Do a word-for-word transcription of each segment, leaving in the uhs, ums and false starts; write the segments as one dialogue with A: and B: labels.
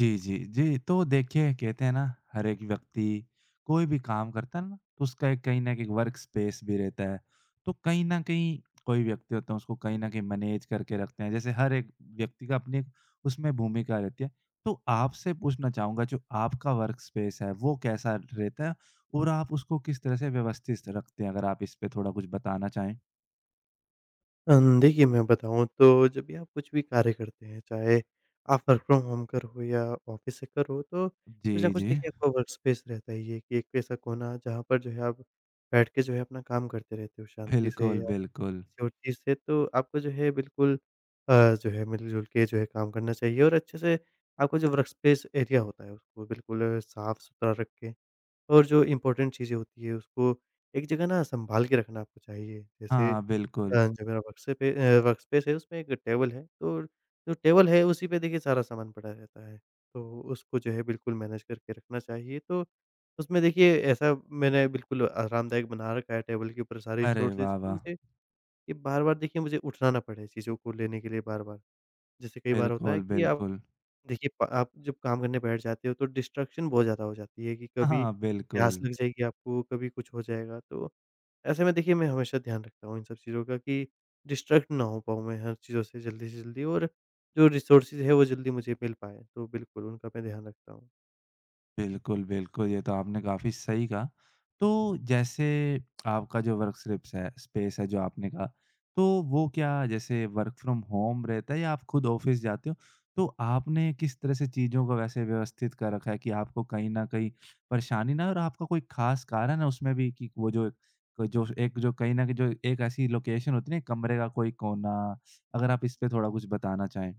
A: जी, जी, जी। तो देखिए कहते हैं ना हर एक व्यक्ति कोई भी काम करता है ना तो उसका एक कहीं न कहीं वर्क स्पेस भी रहता है। तो कहीं न कहीं कोई व्यक्ति होता है उसको कहीं न कहीं मैनेज करके रखते हैं। जैसे हर एक व्यक्ति का अपनी एक उसमें भूमिका रहती है। तो आपसे पूछना चाहूँगा जो आपका वर्क स्पेस है वो कैसा रहता है? और आप उसको किस तरह से व्यवस्थित रखते हैं? अगर आप इस पे थोड़ा कुछ बताना चाहें?
B: अम, देखिए मैं बताऊँ तो जब भी आप कुछ भी कार्य करते हैं, चाहे आप वर्क फ्रॉम होम पर हो या ऑफ़िस से कर हो, तो
A: जी,
B: कुछ ना कुछ
A: जी।
B: देखिए आपका वर्क स्पेस रहता ही है कि एक ऐसा कोना जहाँ पर जो है आप बैठ के जो है अपना काम करते रहते हो शांति से
A: बिल्कुल,
B: या
A: बिल्कुल।
B: किसी और चीज़ से। तो आपको जो है बिल्कुल अ, जो है मिलजुल के जो है काम करना चाहिए और अच्छे से आपका जो वर्क स्पेस एरिया होता है उसको बिल्कुल साफ़-सुथरा रख के और जो इम्पोर्टेंट चीज़ें होती हैं उसको एक जगह ना सँभाल के रखना आपको चाहिए। जैसे
A: हाँ, बिल्कुल।
B: हाँ जी, मेरा work space uh, work space है उसमें एक टेबल है, तो जो टेबल है उसी पे देखिए सारा सामान पड़ा रहता है। तो उसको जो है बिल्कुल मैनेज करके रखना चाहिए, तो उसमें देखिए ऐसा मैंने बिल्कुल आरामदायक बना रखा है टेबल के ऊपर सारे
A: अरे
B: रिसोर्सेज़
A: वाह,
B: कि
A: वाह!
B: मुझे कि बार-बार देखिए मुझे उठना ना पड़े चीज़ों को लेने के लिए बार-बार। जैसे कई बार होता है
A: बिल्कुल,
B: कि आप
A: बिल्कुल।
B: देखिए प आप जब काम करने बैठ जाते हो तो डिस्ट्रैक्शन बहुत ज़्यादा हो जाती है कि
A: हाँ,
B: कभी
A: हाँ,
B: प्यास
A: बिल्कुल।
B: लग जाएगी आपको, कभी कुछ हो जाएगा, तो ऐसे में देखिए, मैं हमेशा ध्यान रखता हूँ इन सब चीज़ों का कि डिस्ट्रैक्ट ना हो पाऊँ मैं हर चीज़ों से जल्दी से जल्दी और जो रिसोर्सेज़ है वो जल्दी मुझे मिल पाएँ। तो बिल्कुल उनका मैं ध्यान रखता हूँ।
A: बिल्कुल, बिल्कुल, ये तो आपने काफ़ी सही कहा। तो जैसे आपका जो वर्क स्क्रिप्स है स्पेस है जो आपने कहा, तो वो क्या जैसे वर्क फ्रॉम होम रहता है या आप खुद ऑफ़िस जाते हो? तो आपने किस तरह से चीज़ों को वैसे व्यवस्थित कर रखा है कि आपको कहीं न कहीं परेशानी ना हो और आपका कोई ख़ास कारण है उसमें भी कि वो जो क जो एक जो कहीं न कहीं जो एक ऐसी लोकेशन होती है ना, कमरे का कोई कोना, अगर आप इस पे थोड़ा कुछ बताना चाहें?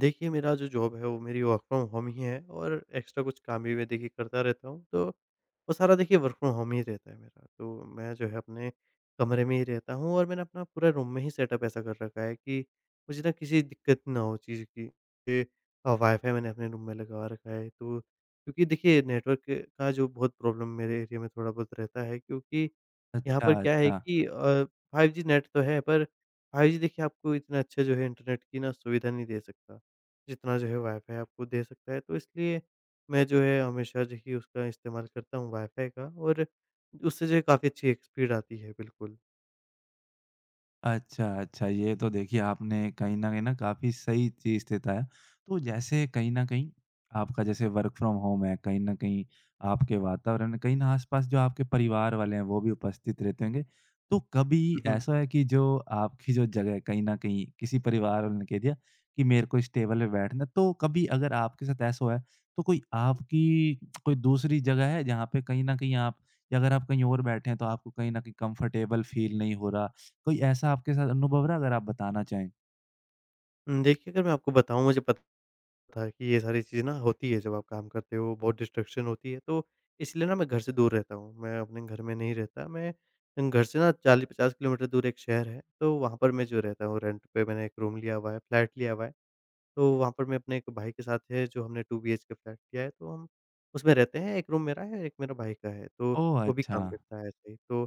B: देखिए, मेरा जो जॉब है वो मेरी वर्क फ्रॉम होम ही है और एक्स्ट्रा कुछ काम भी मैं देखिए करता रहता हूँ, तो वो सारा देखिए वर्क फ्रॉम होम ही रहता है मेरा। तो मैं जो है अपने कमरे में ही रहता हूँ और मैंने अपना पूरा रूम में ही सेटअप ऐसा कर रखा है कि मुझे ना किसी दिक्कत ना हो चीज़ की। ये अ, वाईफ़ाई मैंने अपने रूम में लगा रखा है, तो क्योंकि देखिए नेटवर्क का जो बहुत प्रॉब्लम मेरे एरिया में थोड़ा बहुत रहता है, क्योंकि यहाँ
A: अच्छा,
B: पर क्या है
A: अच्छा।
B: कि अ, फ़ाइव जी नेट तो है, पर फ़ाइव जी देखिए आपको इतना अच्छा जो है इंटरनेट की ना सुविधा नहीं दे सकता, जितना जो है वाईफ़ाई आपको दे सकता है। तो इसलिए मैं जो है हमेशा जो है उसका इस्तेमाल करता हूँ वाईफ़ाई का, और उससे जो है काफ़ी अच्छी एक स्पीड आती है, बिल्कुल।
A: अच्छा, अच्छा। ये तो देखिए आपने कहीं न कहीं न काफ़ी सही चीज़ बताया। तो जैसे कहीं न कहीं आपका जैसे वर्क फ्रॉम होम है, कहीं न कहीं आपके वातावरण में कहीं न आस-पास जो आपके परिवार वाले हैं वो भी उपस्थित रहते होंगे। तो कभी
B: हुँ, हुँ।
A: ऐसा है कि जो आपकी जो जगह है कहीं न कहीं किसी परिवार वाले ने कह दिया कि मेरे को इस टेबल पे बैठना है, तो कभी अगर आपके साथ ऐसा हुआ है तो कोई आपकी कोई दूसरी जगह है जहाँ पे कहीं न कहीं आप या अगर आप कहीं और बैठे हैं तो आपको कहीं न कहीं कंफर्टेबल फ़ील नहीं हो रहा? कोई ऐसा आपके साथ अनुभव रहा अगर आप बताना चाहें?
B: देखिए, अगर मैं आपको बताऊँ, मुझे पता था कि ये सारी चीज़ें ना होती है जब आप काम करते हो, बहुत डिस्ट्रैक्शन होती है, तो इसलिए ना मैं घर से दूर रहता हूँ। मैं अपने घर में नहीं रहता, मैं घर से ना चालीस पचास किलोमीटर दूर एक शहर है, तो वहाँ पर मैं जो रहता हूँ रेंट पे मैंने एक रूम लिया हुआ है, फ्लैट लिया हुआ है। तो वहाँ पर मैं अपने एक भाई के साथ है, जो हमने दो बीएचके फ्लैट लिया है, तो हम उसमें रहते हैं। एक रूम मेरा है, एक मेरे भाई का है, तो
A: ओह!
B: वो भी
A: अच्छा।
B: काम करता है ऐसे ही। तो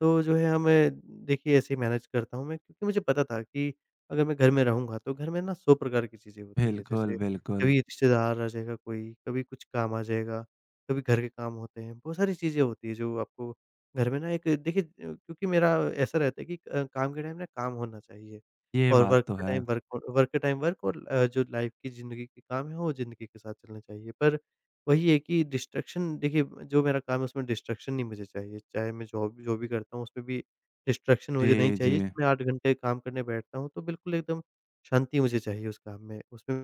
B: तो जो है हाँ, मैं देखिए ऐसे ही मैनेज करता हूँ मैं, क्योंकि मुझे पता था कि अगर मैं घर में रहूँगा तो घर में ना सौ प्रकार की चीज़ें होती है।
A: बिल्कुल,
B: जैसे
A: बिल्कुल।
B: कभी रिश्तेदार आ जाएगा कोई, कभी कुछ काम आ जाएगा, कभी घर के काम होते हैं, बहुत सारी चीज़ें होती हैं जो आपको घर में ना एक देखिए अ, क्योंकि मेरा ऐसा रहता है कि अ, काम के टाइम ना काम होना चाहिए,
A: ये
B: और
A: बात
B: वर्क
A: तो
B: के
A: है।
B: टाइम वर्क वर्क के टाइम वर्क, और अ, जो लाइफ़ की ज़िंदगी के काम हैं वो ज़िंदगी के साथ चलने चाहिए। पर वही है कि डिस्ट्रैक्शन देखिए, जो मेरा काम है उसमें डिस्ट्रैक्शन नहीं मुझे चाहिए। चाहे मैं जॉब जो भी करता हूँ उसमें भी डिस्ट्रैक्शन मुझे नहीं
A: जी, जी।
B: चाहिए। जब मैं आठ घंटे काम करने बैठता हूँ, तो बिल्कुल एकदम शांति मुझे चाहिए उस काम में। उसमें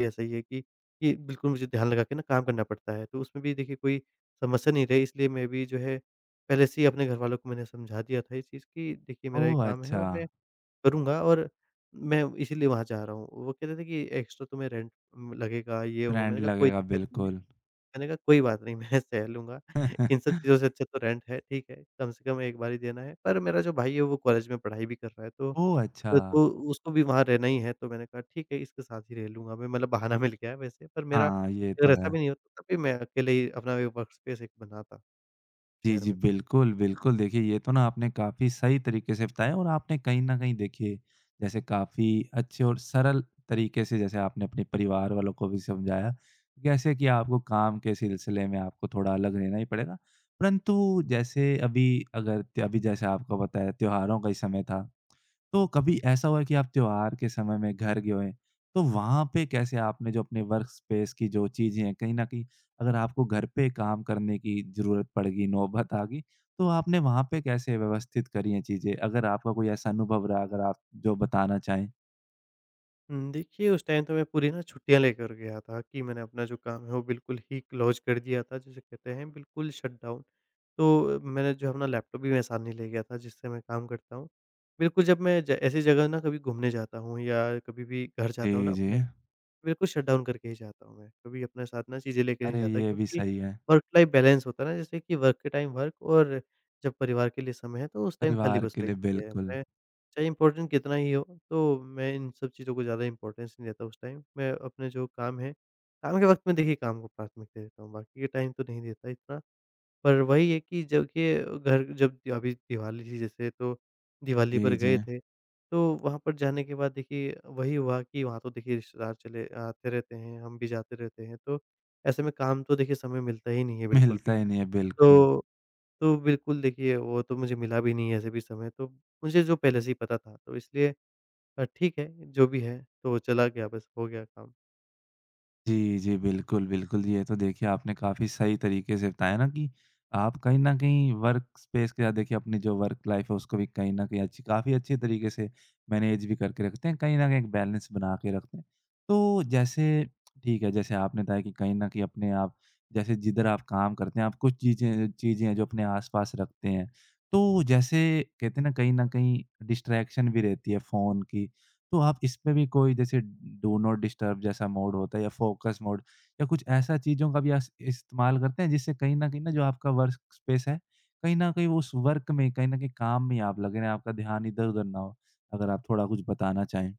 B: भी ऐसा ही है कि कि बिल्कुल मुझे ध्यान लगा के ना काम करना पड़ता है। तो उसमें भी देखिए कोई समस्या नहीं रही, इसलिए मैं भी जो है पहले से ही अपने घरवालों को मैंने समझा दिया था इस चीज़ की, देखिए मेरा ये
A: ओह!
B: काम है
A: अच्छा।
B: और मैं करूँगा, और मैं इसीलिए वहाँ जा रहा हूँ। वो कहते थे कि एक्स्ट्रा तुम्हें रेंट लगेगा, ये वो,
A: ब्रांड
B: मैंने कहा कोई
A: लगेगा
B: दिक्कत नहीं है।
A: बिल्कुल।
B: मैंने कहा कोई बात नहीं मैं सह लूँगा, इन सब चीज़ों से अच्छा तो रेंट है, ठीक है, कम से कम एक बार ही देना है। पर मेरा जो भाई है वो कॉलेज में पढ़ाई भी कर रहा है तो
A: ओह! अच्छा।
B: अ, तो उसको भी वहाँ रहना ही है, तो मैंने कहा ठीक है, इसके साथ ही रह लूँगा मैं, मतलब बहाना मिल गया है वैसे, पर मेरा
A: हाँ, ये तो
B: अगर ऐसा
A: है।
B: भी नहीं होता तब भी मैं अकेले ही अपना एक वर्कस्पेस एक बनाता
A: जी,
B: शहर
A: जी।
B: में भी।
A: बिल्कुल, बिल्कुल। देखिए, ये तो ना आपने काफ़ी सही तरीके से बताया और आपने कहीं न कहीं देखिए, जैसे काफ़ी अच्छे और सरल तरीके से जैसे आपने अपने परिवार वालों को भी समझाया, जैसे कि आपको काम के सिलसिले में आपको थोड़ा अलग रहना ही पड़ेगा। परंतु जैसे अभी अगर त अभी जैसे आपको बताया त्योहारों का ही समय था तो कभी ऐसा हुआ है कि आप त्योहार के समय में घर गए हों, तो वहाँ पे कैसे आपने जो अपने वर्क स्पेस की जो चीज़ें हैं, कहीं न कहीं अगर आपको घर पे काम करने की ज़रूरत पड़ गई, नौबत आ गई, तो आपने वहाँ पे कैसे व्यवस्थित करी हैं चीज़ें? अगर आपका कोई ऐसा अनुभव रहा, अगर आप जो बताना चाहें?
B: हुँ, देखिए, उस टाइम तो मैं पूरी ना छुट्टियाँ लेकर गया था कि मैंने अपना जो काम है वो बिल्कुल ही क्लोज़ कर दिया था, जिसे कहते हैं बिल्कुल शटडाउन। तो मैंने जो अपना लैपटॉप भी मेरे साथ नहीं ले गया था, जिससे मैं काम करता हूँ। बिल्कुल जब मैं ज ऐसी जगह ना कभी घूमने जाता हूँ या कभी भी घर जाता हूँ ना
A: जी, जी।
B: अपने, बिल्कुल शटडाउन करके ही जाता हूँ मैं, कभी अपने साथ ना चीज़ें लेके नहीं
A: अरे!
B: जाता,
A: ये भी
B: क्योंकि
A: सही है,
B: वर्क लाइफ बैलेंस होता है ना, जैसे कि वर्क के टाइम वर्क, और जब परिवार के लिए समय है तो उस टाइम खाली
A: परिवार
B: बस
A: के
B: वही
A: लिए
B: चीज़ें हैं।
A: बिल्कुल।
B: मैं चाहे इम्पोर्टेंट कितना ही हो, तो मैं इन सब चीज़ों को ज़्यादा इम्पोर्टेंस नहीं देता उस टाइम। मैं अपने जो काम है, काम के वक़्त में देखिए काम को प्राथमिकता देता हूँ, बाकी के टाइम तो नहीं देता इतना। पर वही है कि जब के घर जब अभी दिवाली थी जैसे, तो दिवाली पर
A: जी, जी।
B: गए थे, तो वहाँ पर जाने के बाद देखिए वही हुआ कि वहाँ तो देखिए रिश्तेदार चले आते रहते हैं, हम भी जाते रहते हैं, तो ऐसे में काम तो देखिए समय मिलता ही नहीं है बिल्कुल
A: मिलता
B: भी।
A: ही नहीं है, बिल्कुल।
B: तो तो बिल्कुल देखिए, वो तो मुझे मिला भी नहीं है ऐसे भी समय, तो मुझे जो पहले से ही पता था, तो इसलिए अ, ठीक है, जो भी है, तो चला गया बस हो गया काम।
A: जी, जी। बिल्कुल, बिल्कुल। जी। ये तो देखिए आपने काफ़ी सही तरीके से बताया ना कि आप कहीं न कहीं वर्क स्पेस के साथ देखिए अपनी जो वर्क लाइफ़ है उसको भी कहीं न कहीं अच्छी काफ़ी अच्छे तरीके से मैनेज भी करके रखते हैं, कहीं न कहीं एक बैलेंस बना के रखते हैं। तो जैसे ठीक है, जैसे आपने बताया कि कहीं न कहीं अपने आप जैसे जिधर आप काम करते हैं, आप कुछ चीज़ें चीज़ें हैं जो अपने आस-पास रखते हैं। तो जैसे कहते हैं ना, कहीं न कहीं डिस्ट्रैक्शन भी रहती है फ़ोन की तो आप इसमें भी कोई जैसे डू नॉट डिस्टर्ब जैसा मोड होता है या फ़ोकस मोड या कुछ ऐसा चीज़ों का भी अस इस्तेमाल करते हैं जिससे कहीं न कहीं ना जो आपका वर्क स्पेस है, कहीं न कहीं वो उस वर्क में, कहीं न कहीं काम में आप लगे रहें, आपका ध्यान इधर-उधर ना हो? अगर आप थोड़ा कुछ बताना चाहें।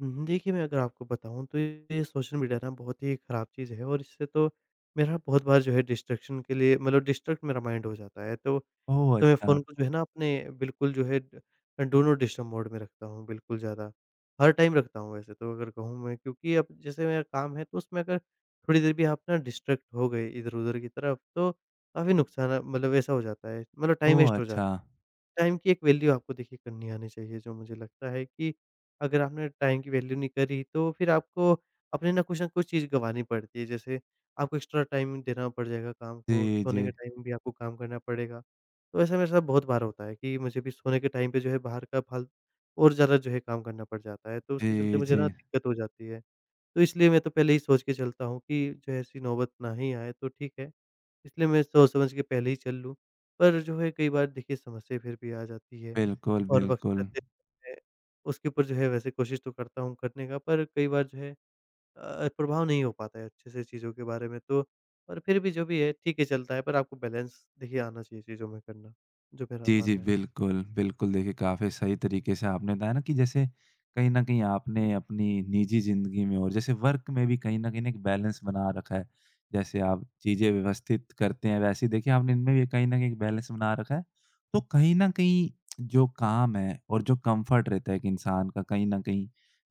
B: हुँ, देखिए, मैं अगर आपको बताऊँ तो ये सोशल मीडिया ना बहुत ही ख़राब चीज़ है, और इससे तो मेरा बहुत बार जो है डिस्ट्रैक्शन के लिए, मतलब डिस्ट्रैक्ट मेरा माइंड हो जाता है। तो
A: ओह
B: तो मैं
A: अच्छा!
B: फ़ोन को जो है ना अपने बिल्कुल जो है ड डू नॉट डिस्टर्ब मोड में रखता हूँ बिल्कुल, ज़्यादा हर टाइम रखता हूँ वैसे तो, अगर कहूँ मैं, क्योंकि अब जैसे मेरा काम है तो उसमें अगर थोड़ी देर भी आप ना डिस्ट्रैक्ट हो गए इधर-उधर की तरफ, तो काफ़ी नुकसान, मतलब ऐसा हो जाता है, मतलब टाइम
A: ओह
B: वेस्ट हो जाता
A: अच्छा!
B: है। टाइम की एक वैल्यू आपको देखिए करनी आनी चाहिए, जो मुझे लगता है कि अगर आपने टाइम की वैल्यू नहीं करी, तो फिर आपको अपने ना कुछ न कुछ चीज़ गँवानी पड़ती है। जैसे आपको एक्स्ट्रा टाइम देना पड़ जाएगा काम को,
A: जी,
B: सोने के
A: जी।
B: टाइम भी आपको काम करना पड़ेगा। तो ऐसा मेरे साथ बहुत बार होता है कि मुझे भी सोने के टाइम पे जो है बाहर का फाल और ज़्यादा जो है काम करना पड़ जाता है, तो उसके चलते
A: जी,
B: मुझे
A: जी।
B: ना दिक्कत हो जाती है। तो इसलिए मैं तो पहले ही सोच के चलता हूँ कि जो है ऐसी नौबत ना ही आए, तो ठीक है। इसलिए मैं सोच-समझ के पहले ही चल लूँ। पर जो है कई बार देखिए समस्या फिर भी आ जाती है,
A: बिल्कुल,
B: और वक़्त
A: बिल्कुल।
B: रहते मैं उसके ऊपर जो है वैसे कोशिश तो करता हूँ करने का, पर कई बार जो है अ, प्रभाव नहीं हो पाता है अच्छे से चीज़ों के बारे में, तो और फिर भी जो भी है ठीक ही चलता है, पर आपको बैलेंस देखिए आना चाहिए चीज़ों में करना। जो मेरा
A: जी, जी,
B: मानना है।
A: बिल्कुल, बिल्कुल। देखिए, काफ़ी सही तरीके से आपने बताया ना कि जैसे कहीं न कहीं आपने अपनी निजी ज़िंदगी में और जैसे वर्क में भी कहीं न कहीं एक बैलेंस बना रखा है। जैसे आप चीज़ें व्यवस्थित करते हैं, वैसे ही देखिए आपने इनमें भी कहीं न कहीं एक बैलेंस बना रखा है। तो कहीं न कहीं जो काम है और जो कम्फ़र्ट रहता है एक इंसान का कहीं न कहीं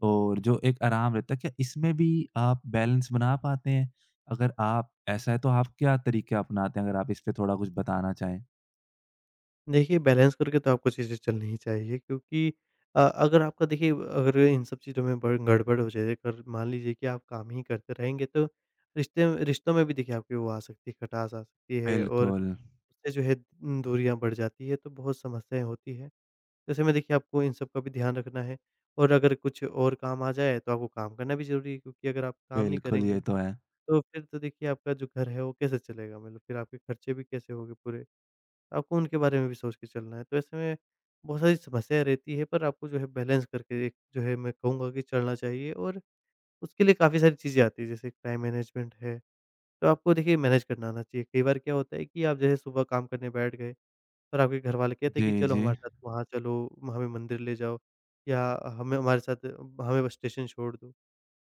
A: और जो एक आराम रहता है, क्या इसमें भी आप बैलेंस बना पाते हैं? अगर आप ऐसा है तो आप क्या तरीके अपनाते हैं? अगर आप इस पे थोड़ा कुछ बताना चाहें?
B: देखिए, बैलेंस करके तो आपको चीज़ें चलनी ही चाहिए, क्योंकि अ, अगर आपका देखिए अगर इन सब चीज़ों में बड़ गड़बड़ हो जाए, अगर मान लीजिए कि आप काम ही करते रहेंगे, तो रिश्ते रिश्तों में भी देखिए आपकी वो आ सकती है, खटास आ सकती है, और
A: बिल्कुल।
B: उससे जो है दूरियाँ बढ़ जाती है, तो बहुत समस्याएँ होती है। ऐसे में देखिए आपको इन सब का भी ध्यान रखना है, और अगर कुछ और काम आ जाए तो आपको काम करना भी ज़रूरी है, क्योंकि अगर आप काम नहीं
A: बिल्कुल,
B: करेंगे,
A: ये तो है।
B: तो फिर तो देखिए आपका जो घर है वो कैसे चलेगा? मतलब फिर आपके खर्चे भी कैसे होंगे पूरे? आपको उनके बारे में भी सोच के चलना है। तो ऐसे में बहुत सारी समस्याएँ रहती है, पर आपको जो है बैलेंस करके, एक जो है, मैं कहूँगा कि चलना चाहिए, और उसके लिए काफ़ी सारी चीज़ें आती है, जैसे टाइम मैनेजमेंट है, तो आपको देखिए मैनेज करना आना चाहिए। कई बार क्या होता है कि आप जो है सुबह काम करने बैठ गए, और आपके घरवाले कहते हैं कि
A: जी,
B: चलो
A: जी।
B: हमारे साथ वहाँ चलो, हमें मंदिर ले जाओ, या हमें हमारे साथ हमें बस स्टेशन छोड़ दो।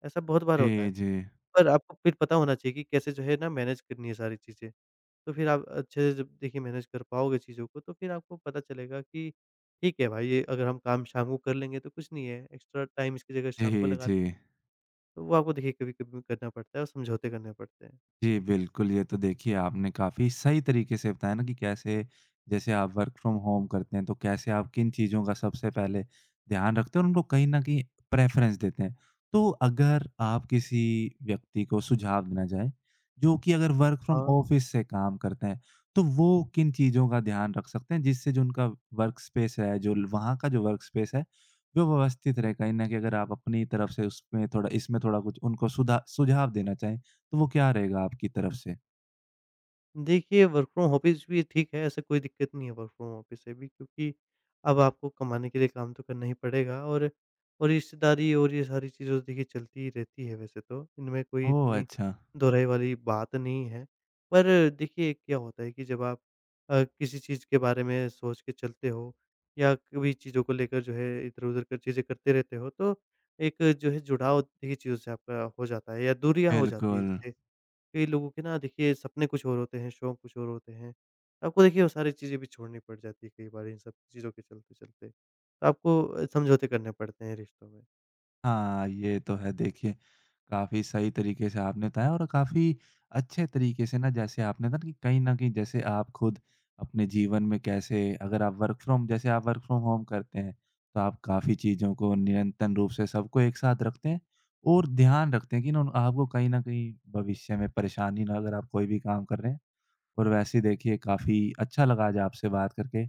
B: ऐसा बहुत बार होता
A: जी,
B: है।
A: जी।
B: पर आपको फिर पता होना चाहिए कि कैसे जो है ना मैनेज करनी है सारी चीज़ें। तो फिर आप अच्छे से जब देखिए मैनेज कर पाओगे चीज़ों को, तो फिर आपको पता चलेगा कि ठीक है भाई, ये अगर हम काम शाम को कर लेंगे तो कुछ नहीं है, एक्स्ट्रा टाइम इसकी जगह शाम को
A: जी,
B: लगा लें।
A: जी।
B: तो वो आपको देखिए कभी-कभी करना पड़ता है, और समझौते करने पड़ते हैं।
A: जी, बिल्कुल, ये तो देखिए आपने काफ़ी सही तरीके से बताया ना कि कैसे जैसे आप वर्क फ्रॉम होम करते हैं, तो कैसे आप किन चीज़ों का सबसे पहले ध्यान रखते हैं और उनको कहीं न कहीं प्रेफ़रेंस देते हैं। तो अगर आप किसी व्यक्ति को सुझाव देना चाहें, जो कि अगर वर्क फ्रॉम
B: हाँ।
A: ऑफ़िस से काम करते हैं, तो वो किन चीज़ों का ध्यान रख सकते हैं जिससे जो उनका वर्क स्पेस है, जो ल वहाँ का जो वर्क स्पेस है, वो व्यवस्थित रहे? कहीं न कहीं अगर आप अपनी तरफ से उसमें थोड़ा इसमें थोड़ा कुछ उनको सुधा सुझाव देना चाहें। तो वो क्या रहेगा आपकी तरफ से?
B: देखिए, वर्क फ्रॉम ऑफिस भी ठीक है, ऐसा कोई दिक्कत नहीं है वर्क फ्रॉम ऑफिस से भी, क्योंकि अब आपको कमाने के लिए काम तो करना ही पड़ेगा, और और रिश्तेदारी और ये सारी चीज़ें तो देखिए चलती ही रहती है वैसे तो, इनमें कोई
A: ओह!
B: इतनी
A: अच्छा,
B: दोहराई वाली बात नहीं है। पर देखिए क्या होता है कि जब आप अ, किसी चीज़ के बारे में सोच के चलते हो या कभी चीज़ों को लेकर जो है इधर-उधर कर चीज़ें करते रहते हो, तो एक जो है जुड़ाव देखिए चीज़ों से आपका हो जाता है, या दूरियाँ हो जाती है,
A: बिल्कुल।
B: जिससे कई लोगों के ना देखिए सपने कुछ और होते हैं, शौक कुछ और होते हैं। आपको देखिए वो सारी चीज़ें भी छोड़नी पड़ जाती है कई बार इन सब चीज़ों के चलते-चलते। तो आपको अ, समझौते करने पड़ते हैं रिश्तों में।
A: हाँ, ये तो है देखिए, काफ़ी सही तरीके से आपने बताया और काफ़ी अच्छे तरीके से ना जैसे आपने ना कि कहीं न कहीं जैसे आप खुद अपने जीवन में कैसे अगर आप वर्क फ्रॉम जैसे आप वर्क फ्रॉम होम करते हैं, तो आप काफ़ी चीज़ों को निरंतर रूप से सबको एक साथ रखते हैं और ध्यान रखते हैं कि ना उन- आपको कहीं न कहीं भविष्य में परेशानी ना अगर आप कोई भी काम कर रहे हैं। और वैसे देखिए काफ़ी अच्छा लगा आज आपसे बात करके।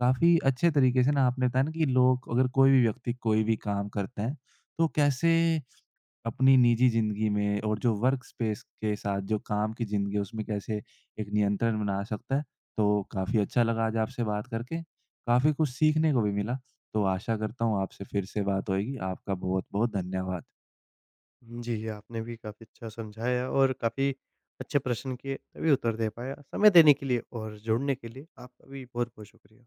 A: काफ़ी अच्छे तरीके से ना आपने बताया ना कि लोग अगर कोई भी व्यक्ति कोई भी काम करता है, तो कैसे अपनी निजी ज़िंदगी में और जो वर्क स्पेस के साथ जो काम की ज़िंदगी है उसमें कैसे एक नियंत्रण बना सकता है। तो काफ़ी अच्छा लगा आज आपसे बात करके, काफ़ी कुछ सीखने को भी मिला। तो आशा करता हूँ आपसे फिर से बात होएगी। आपका बहुत-बहुत धन्यवाद।
B: हुँ, जी, आपने भी काफ़ी अच्छा समझाया, और काफ़ी अच्छे प्रश्न किए तभी उत्तर दे पाया। समय देने के लिए और जुड़ने के लिए आपका भी बहुत-बहुत शुक्रिया।